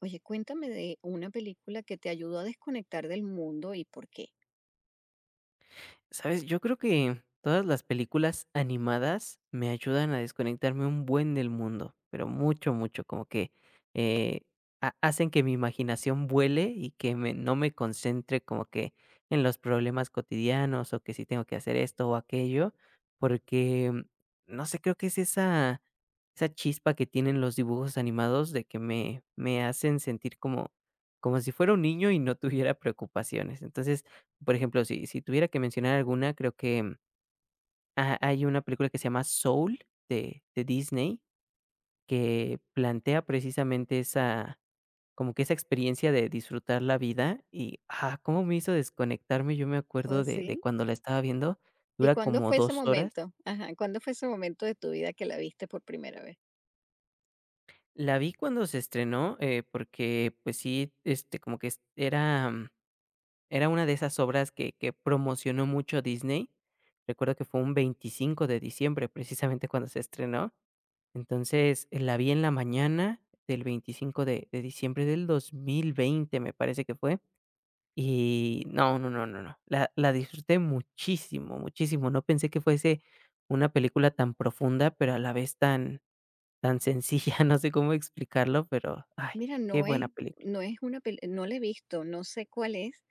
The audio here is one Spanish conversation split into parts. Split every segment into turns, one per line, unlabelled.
Oye, cuéntame de una película que te ayudó a desconectar del mundo y por qué.
¿Sabes? Yo creo que todas las películas animadas me ayudan a desconectarme un buen del mundo, pero mucho, mucho, como que eh, hacen que mi imaginación vuele y que no me concentre como que en los problemas cotidianos o que si tengo que hacer esto o aquello, porque, no sé, creo que es esa chispa que tienen los dibujos animados de que me hacen sentir como, como si fuera un niño y no tuviera preocupaciones. Entonces, por ejemplo, si tuviera que mencionar alguna, creo que, hay una película que se llama Soul de Disney, que plantea precisamente esa, como que, esa experiencia de disfrutar la vida y, cómo me hizo desconectarme. Yo me
¿Oh,
acuerdo de
sí?
cuando la estaba viendo,
¿Y
dura
cuándo
como
fue ese
2 horas.
momento? Ajá, ¿cuándo fue ese momento de tu vida que la viste por primera vez?
La vi cuando se estrenó, porque, pues sí, este, como que es era una de esas obras que promocionó mucho Disney. Recuerdo que fue un 25 de diciembre, precisamente, cuando se estrenó. Entonces, la vi en la mañana del 25 de diciembre del 2020, me parece que fue, y no, no, no, no, no, la disfruté muchísimo, muchísimo. No pensé que fuese una película tan profunda, pero a la vez tan sencilla, no sé cómo explicarlo, pero, ay,
Mira,
qué buena película.
no la he visto, no sé cuál es,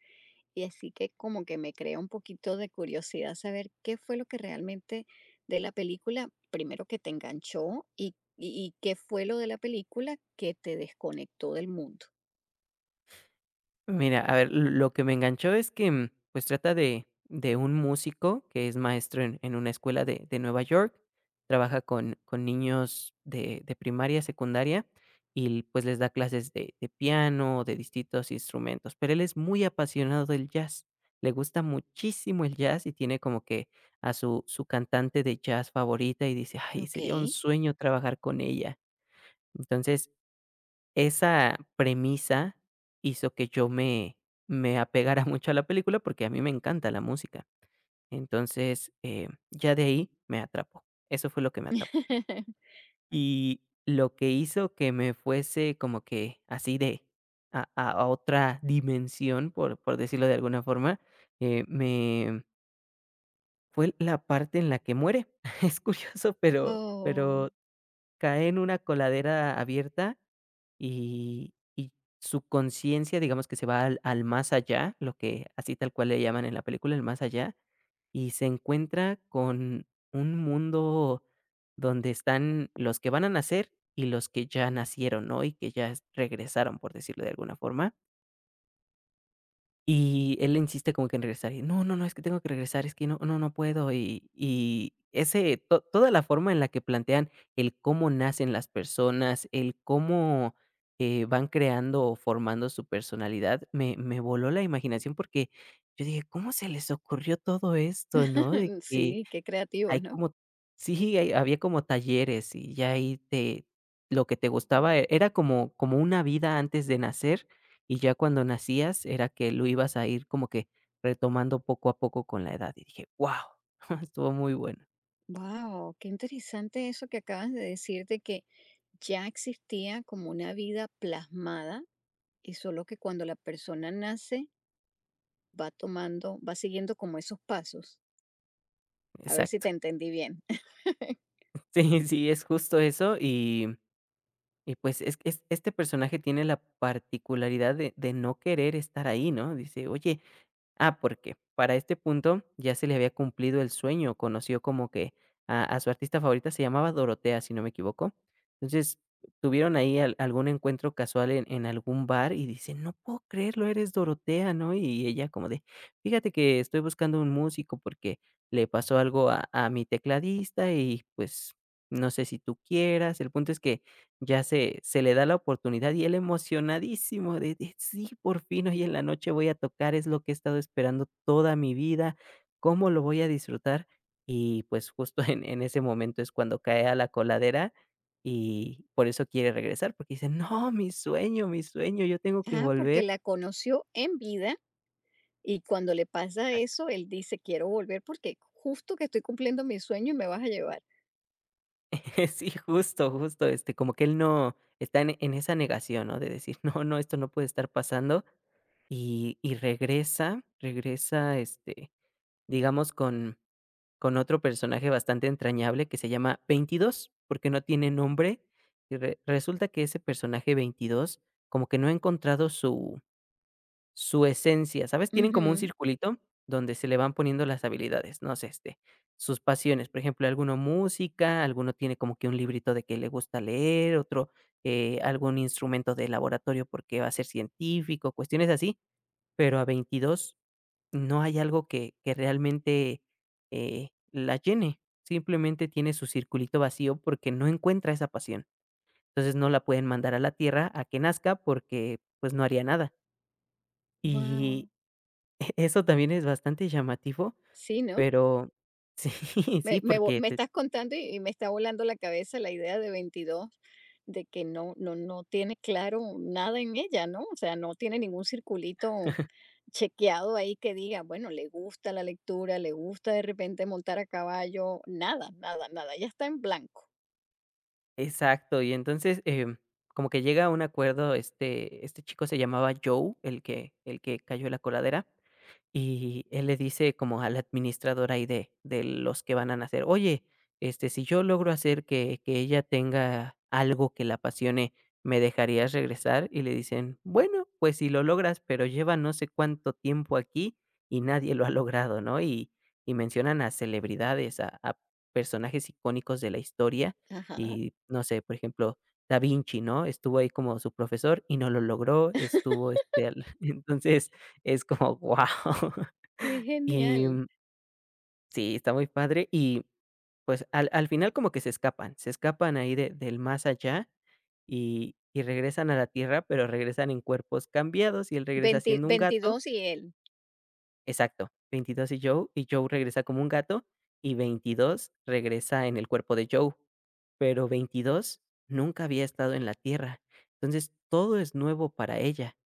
y así que como que me crea un poquito de curiosidad saber qué fue lo que realmente de la película, primero que te enganchó y qué fue lo de la película que te desconectó del mundo.
Mira, a ver, lo que me enganchó es que, pues, trata de un músico que es maestro en una escuela de Nueva York, trabaja con niños de primaria, secundaria, y, pues, les da clases de piano, de distintos instrumentos, pero él es muy apasionado del jazz, le gusta muchísimo el jazz y tiene como que a su cantante de jazz favorita y dice: "Ay,
Ok.
sería un sueño trabajar con ella". Entonces esa premisa hizo que yo me apegara mucho a la película, porque a mí me encanta la música. Entonces, ya de ahí me atrapó. Eso fue lo que me atrapó. Y lo que hizo que me fuese como que así de a otra dimensión, por decirlo de alguna forma, me fue la parte en la que muere. Es curioso, pero
Oh.
cae en una coladera abierta. Y su conciencia, digamos que se va al más allá, lo que así tal cual le llaman en la película, el más allá, y se encuentra con un mundo donde están los que van a nacer y los que ya nacieron, ¿no? Y que ya regresaron, por decirlo de alguna forma. Y él le insiste como que en regresar, y no, no, no, es que tengo que regresar, es que no, no, no puedo. Y, ese, toda la forma en la que plantean el cómo nacen las personas, el cómo van creando o formando su personalidad, me voló la imaginación porque yo dije, ¿cómo se les ocurrió todo esto, no? De que
Sí, qué creativo,
hay
¿no?
como sí, hay había como talleres y ya ahí te lo que te gustaba era como una vida antes de nacer, y ya cuando nacías era que lo ibas a ir como que retomando poco a poco con la edad, y dije: "Wow, estuvo muy bueno".
Wow, qué interesante eso que acabas de decir de que ya existía como una vida plasmada y solo que cuando la persona nace va tomando, va siguiendo como esos pasos. A ver si
Exacto.
te entendí bien.
Sí, sí, es justo eso, y pues es este personaje tiene la particularidad de no querer estar ahí, ¿no? Dice: "Oye, ah, porque para este punto ya se le había cumplido el sueño, conoció como que a su artista favorita se llamaba Dorotea, si no me equivoco. Entonces tuvieron ahí algún encuentro casual en algún bar y dice, no puedo creerlo, eres Dorotea, ¿no? Y ella como de, fíjate que estoy buscando un músico porque le pasó algo a mi tecladista y pues no sé si tú quieras". El punto es que ya se le da la oportunidad y él emocionadísimo de de "Sí, por fin hoy en la noche voy a tocar, es lo que he estado esperando toda mi vida, cómo lo voy a disfrutar". Y, pues, justo en ese momento es cuando cae a la coladera y por eso quiere regresar, porque dice: "No, mi sueño, yo tengo que
Ah, porque
volver".
la conoció en vida y cuando le pasa
Exacto.
eso, él dice, quiero volver porque justo que estoy cumpliendo mi sueño y me vas a llevar.
Sí, justo, justo, este, como que él no está en esa negación, ¿no? De decir: "No, no, esto no puede estar pasando". Y regresa, regresa, este, digamos, con otro personaje bastante entrañable que se llama 22, porque no tiene nombre, y re resulta que ese personaje 22 como que no ha encontrado su esencia, ¿sabes? Tienen como un
Ujú.
circulito donde se le van poniendo las habilidades, no sé, este, sus pasiones, por ejemplo, alguno música, alguno tiene como que un librito de que le gusta leer, otro, algún instrumento de laboratorio porque va a ser científico, cuestiones así, pero a 22 no hay algo que realmente, la llene. Simplemente tiene su circulito vacío porque no encuentra esa pasión. Entonces, no la pueden mandar a la Tierra a que nazca porque, pues, no haría nada. Y
Wow.
eso también es bastante llamativo,
Sí, ¿no?
pero sí,
Me,
sí,
me vo-
porque
me
te
estás contando y me está volando la cabeza la idea de 22 de que no tiene claro nada en ella, ¿no? O sea, no tiene ningún circulito chequeado ahí que diga, bueno, le gusta la lectura, le gusta de repente montar a caballo, nada, nada, nada, ya está en blanco.
exacto. Y entonces, como que llega a un acuerdo, este chico se llamaba Joe, el que cayó en la coladera. Y él le dice como a la administradora ahí de los que van a nacer: "Oye, este, si yo logro hacer que ella tenga algo que la apasione, ¿me dejarías regresar?". Y le dicen: "Bueno, pues si lo logras, pero lleva no sé cuánto tiempo aquí y nadie lo ha logrado", ¿no? Y mencionan a celebridades, a personajes icónicos de la historia
Ajá,
y, no sé, por ejemplo, Da Vinci, ¿no? Estuvo ahí como su profesor y no lo logró, estuvo, este, al entonces es como, wow.
qué
Y,
genial.
sí, está muy padre. Y, pues, al final como que se escapan ahí de del más allá y regresan a la Tierra, pero regresan en cuerpos cambiados, y él regresa
20
siendo un gato.
Veintidós y él.
Exacto, 22 y Joe regresa como un gato, y 22 regresa en el cuerpo de Joe, pero 22 nunca había estado en la Tierra. Entonces, todo es nuevo para ella.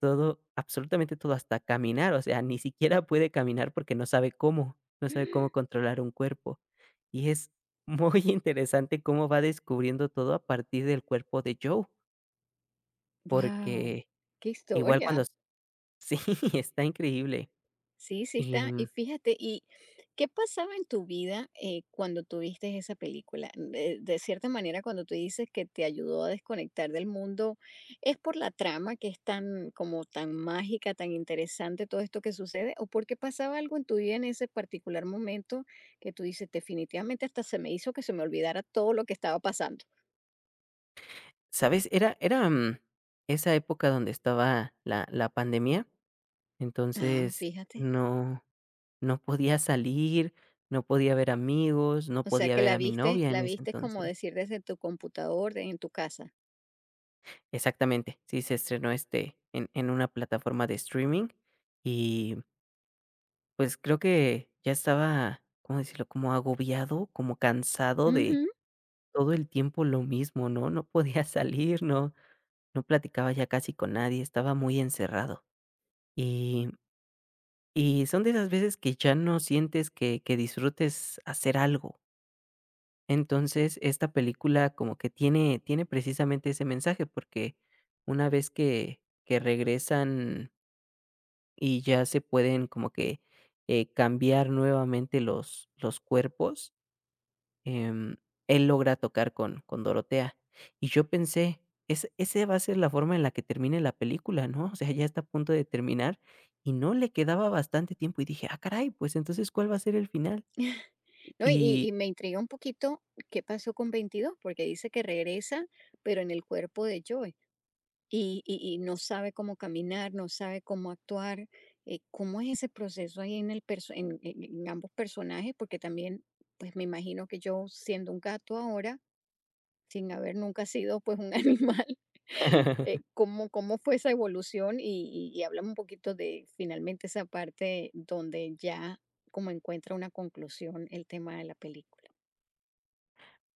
Todo, absolutamente todo, hasta caminar, o sea, ni siquiera puede caminar porque no sabe cómo, no sabe cómo controlar un cuerpo. Y es muy interesante cómo va descubriendo todo a partir del cuerpo de Joe,
Wow,
porque
qué
igual cuando
historia.
s sí, está increíble.
Sí, sí
Y,
está. Y fíjate, ¿y qué pasaba en tu vida, cuando tuviste esa película? De cierta manera, cuando tú dices que te ayudó a desconectar del mundo, ¿es por la trama que es tan como tan mágica, tan interesante todo esto que sucede? ¿O porque pasaba algo en tu vida en ese particular momento que tú dices, definitivamente hasta se me hizo que se me olvidara todo lo que estaba pasando?
¿sabes? Era, esa época donde estaba la pandemia,
Ah,
entonces
fíjate.
no no podía salir, no podía ver amigos, no
O sea
podía
que
ver
la
a mi
viste,
novia en
la
ese
viste como
entonces.
decir desde tu computador, en tu casa.
Exactamente, sí, se estrenó, este, en una plataforma de streaming y, pues, creo que ya estaba, ¿cómo decirlo?, como agobiado, como cansado de
Ujú.
todo el tiempo lo mismo, ¿no? No podía salir, no platicaba ya casi con nadie, estaba muy encerrado. Y y son de esas veces que ya no sientes que disfrutes hacer algo. Entonces, esta película como que tiene precisamente ese mensaje, porque una vez que regresan y ya se pueden como que, cambiar nuevamente los cuerpos, em, él logra tocar con Dorotea. Y yo pensé, es ese va a ser la forma en la que termine la película, ¿no? O sea, ya está a punto de terminar y no le quedaba bastante tiempo y dije: "Ah, caray, pues entonces, ¿cuál va a ser el final?".
No, y
Y
y me intriga un poquito qué pasó con 22 porque dice que regresa, pero en el cuerpo de Joey, y no sabe cómo caminar, no sabe cómo actuar, ¿cómo es ese proceso ahí en el perso en ambos personajes? Porque también, pues, me imagino que Joe siendo un gato ahora, sin haber nunca sido, pues, un animal, ¿cómo fue esa evolución? Y háblame un poquito de finalmente esa parte donde ya como encuentra una conclusión el tema de la película.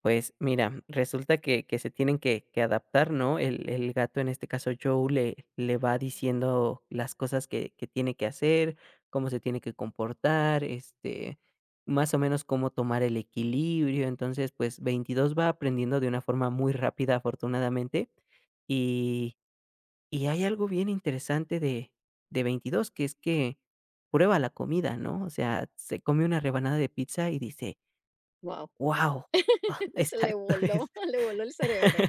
pues mira, resulta que se tienen que adaptar, ¿no? El gato, en este caso Joe, le va diciendo las cosas que tiene que hacer, cómo se tiene que comportar, este, más o menos cómo tomar el equilibrio. Entonces, pues, 22 va aprendiendo de una forma muy rápida, afortunadamente. Y y hay algo bien interesante de 22 que es que prueba la comida, ¿no? O sea, se come una rebanada de pizza y dice:
Wow,
"Guau".
se le
Exacto.
voló, le voló el cerebro.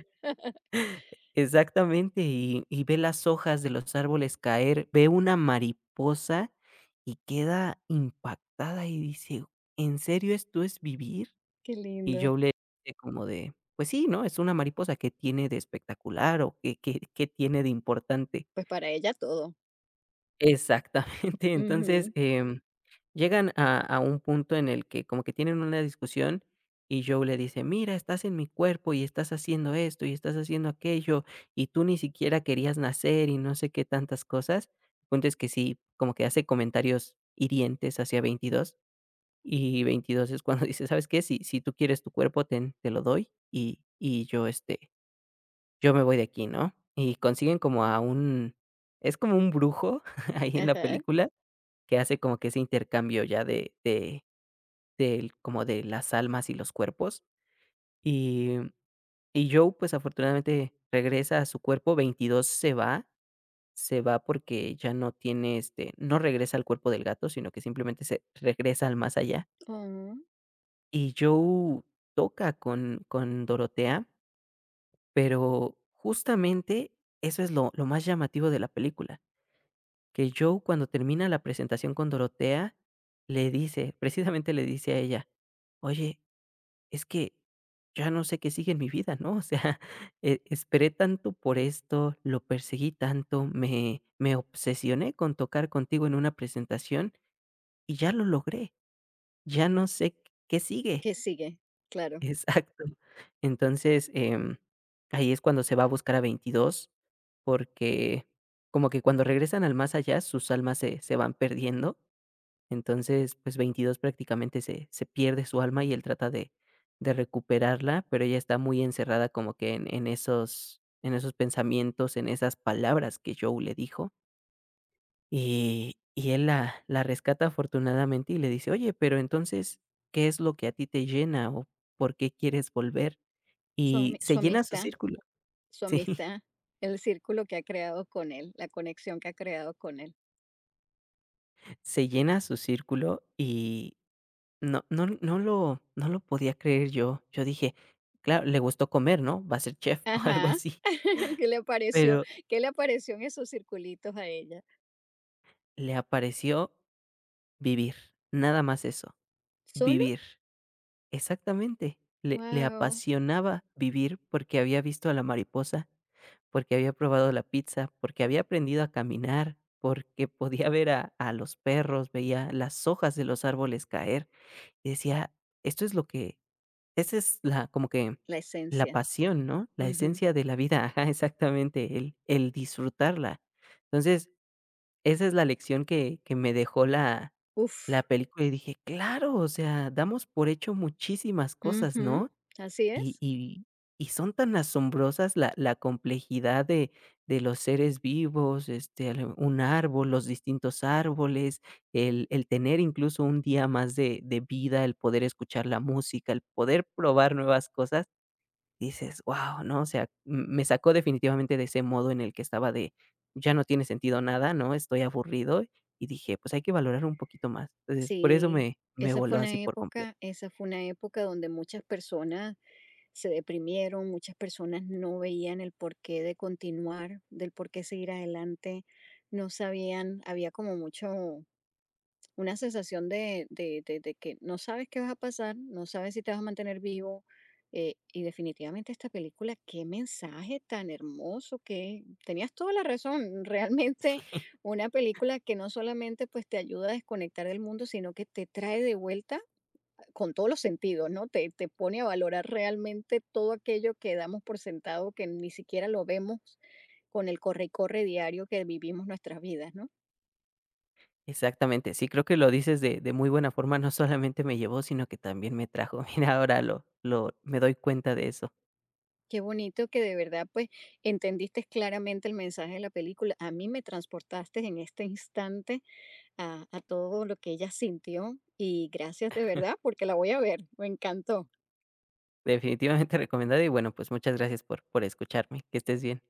Exactamente, y ve las hojas de los árboles caer, ve una mariposa y queda impactada y dice: "¿En serio esto es vivir?".
Qué
Y
linda.
yo le dije como de: "Pues sí, ¿no? Es una mariposa, que tiene de espectacular o qué qué qué tiene de importante?".
Pues para ella todo.
Exactamente. Entonces,
Ujú,
llegan a un punto en el que como que tienen una discusión y Joe le dice: "Mira, estás en mi cuerpo y estás haciendo esto y estás haciendo aquello, y tú ni siquiera querías nacer", y no sé qué tantas cosas. El punto es que sí, como que hace comentarios hirientes hacia 22 y 22 es cuando dice: "¿Sabes qué? Si tú quieres tu cuerpo, ten, te lo doy, y yo, este, yo me voy de aquí", ¿no? Y consiguen como a un, es como un brujo ahí en la
ajá.
película que hace como que ese intercambio ya de del como de las almas y los cuerpos. Y y Joe, pues, afortunadamente regresa a su cuerpo, 22 se va porque ya no tiene, este, no regresa al cuerpo del gato, sino que simplemente se regresa al más allá.
Ah,
Y Joe toca con Dorotea, pero justamente eso es lo más llamativo de la película, que Joe cuando termina la presentación con Dorotea, le dice, precisamente le dice a ella, oye, es que ya no sé qué sigue en mi vida, ¿no? O sea, esperé tanto por esto, lo perseguí tanto, me obsesioné con tocar contigo en una presentación y ya lo logré, ya no sé qué sigue.
¿qué sigue? Claro,
Exacto. Entonces, ahí es cuando se va a buscar a 22, porque como que cuando regresan al más allá, sus almas se van perdiendo, entonces, pues 22 prácticamente se pierde su alma y él trata de recuperarla, pero ella está muy encerrada como que en esos pensamientos, en esas palabras que Joe le dijo, y él la rescata afortunadamente y le dice: "Oye, pero entonces, ¿qué es lo que a ti te llena o por qué quieres volver?".
su
Y
ami su
se llena su
amistad
círculo.
su
Sí,
amistad, el círculo que ha creado con él, la conexión que ha creado con él.
se llena su círculo no lo podía creer yo. Yo dije: "Claro, le gustó comer, ¿no? Va a ser chef o algo
Ajá,
así".
¿qué le apareció?
Pero
¿Qué le apareció en esos circulitos a ella?
le apareció vivir, nada más eso,
¿Solo?
vivir. Exactamente. Le
Wow.
apasionaba vivir porque había visto a la mariposa, porque había probado la pizza, porque había aprendido a caminar, porque podía ver a los perros, veía las hojas de los árboles caer, y decía: "Esto es lo que... esa es la, como que,
La
la
esencia.
pasión, ¿no? La
Ujú.
esencia de la vida", ajá, exactamente, el disfrutarla. Entonces, esa es la lección que me dejó la
Uf,
película y dije: "Claro, o sea, damos por hecho muchísimas cosas,
ujú,
¿no?".
así
Y
es.
y y son tan asombrosas la complejidad de los seres vivos, este, a lo un árbol, los distintos árboles, el tener incluso un día más de vida, el poder escuchar la música, el poder probar nuevas cosas, dices: "Guau", ¿no? O sea, m me sacó definitivamente de ese modo en el que estaba de: "Ya no tiene sentido nada, ¿no? Estoy aburrido", y dije: "Pues hay que valorar un poquito más". Entonces, por eso
Sí,
me
esa
voló
fue una
así por completo.
época esa fue una época donde muchas personas se deprimieron, muchas personas no veían el porqué de continuar, del por qué seguir adelante, no sabían, había como mucho, una sensación de que no sabes qué vas a pasar, no sabes si te vas a mantener vivo. Y definitivamente esta película, qué mensaje tan hermoso que tenías toda la razón. Realmente una película que no solamente pues te ayuda a desconectar del mundo, sino que te trae de vuelta con todos los sentidos, ¿no? Te pone a valorar realmente todo aquello que damos por sentado, que ni siquiera lo vemos con el corre y corre diario que vivimos nuestras vidas, ¿no?
Exactamente, sí, creo que lo dices de muy buena forma, no solamente me llevó, sino que también me trajo. Mira, ahora lo me doy cuenta de eso.
Qué bonito que de verdad pues entendiste claramente el mensaje de la película. A mí me transportaste en este instante a todo lo que ella sintió y gracias de verdad porque la voy a ver. Me encantó.
Definitivamente recomendado y bueno, pues muchas gracias por escucharme. Que estés bien.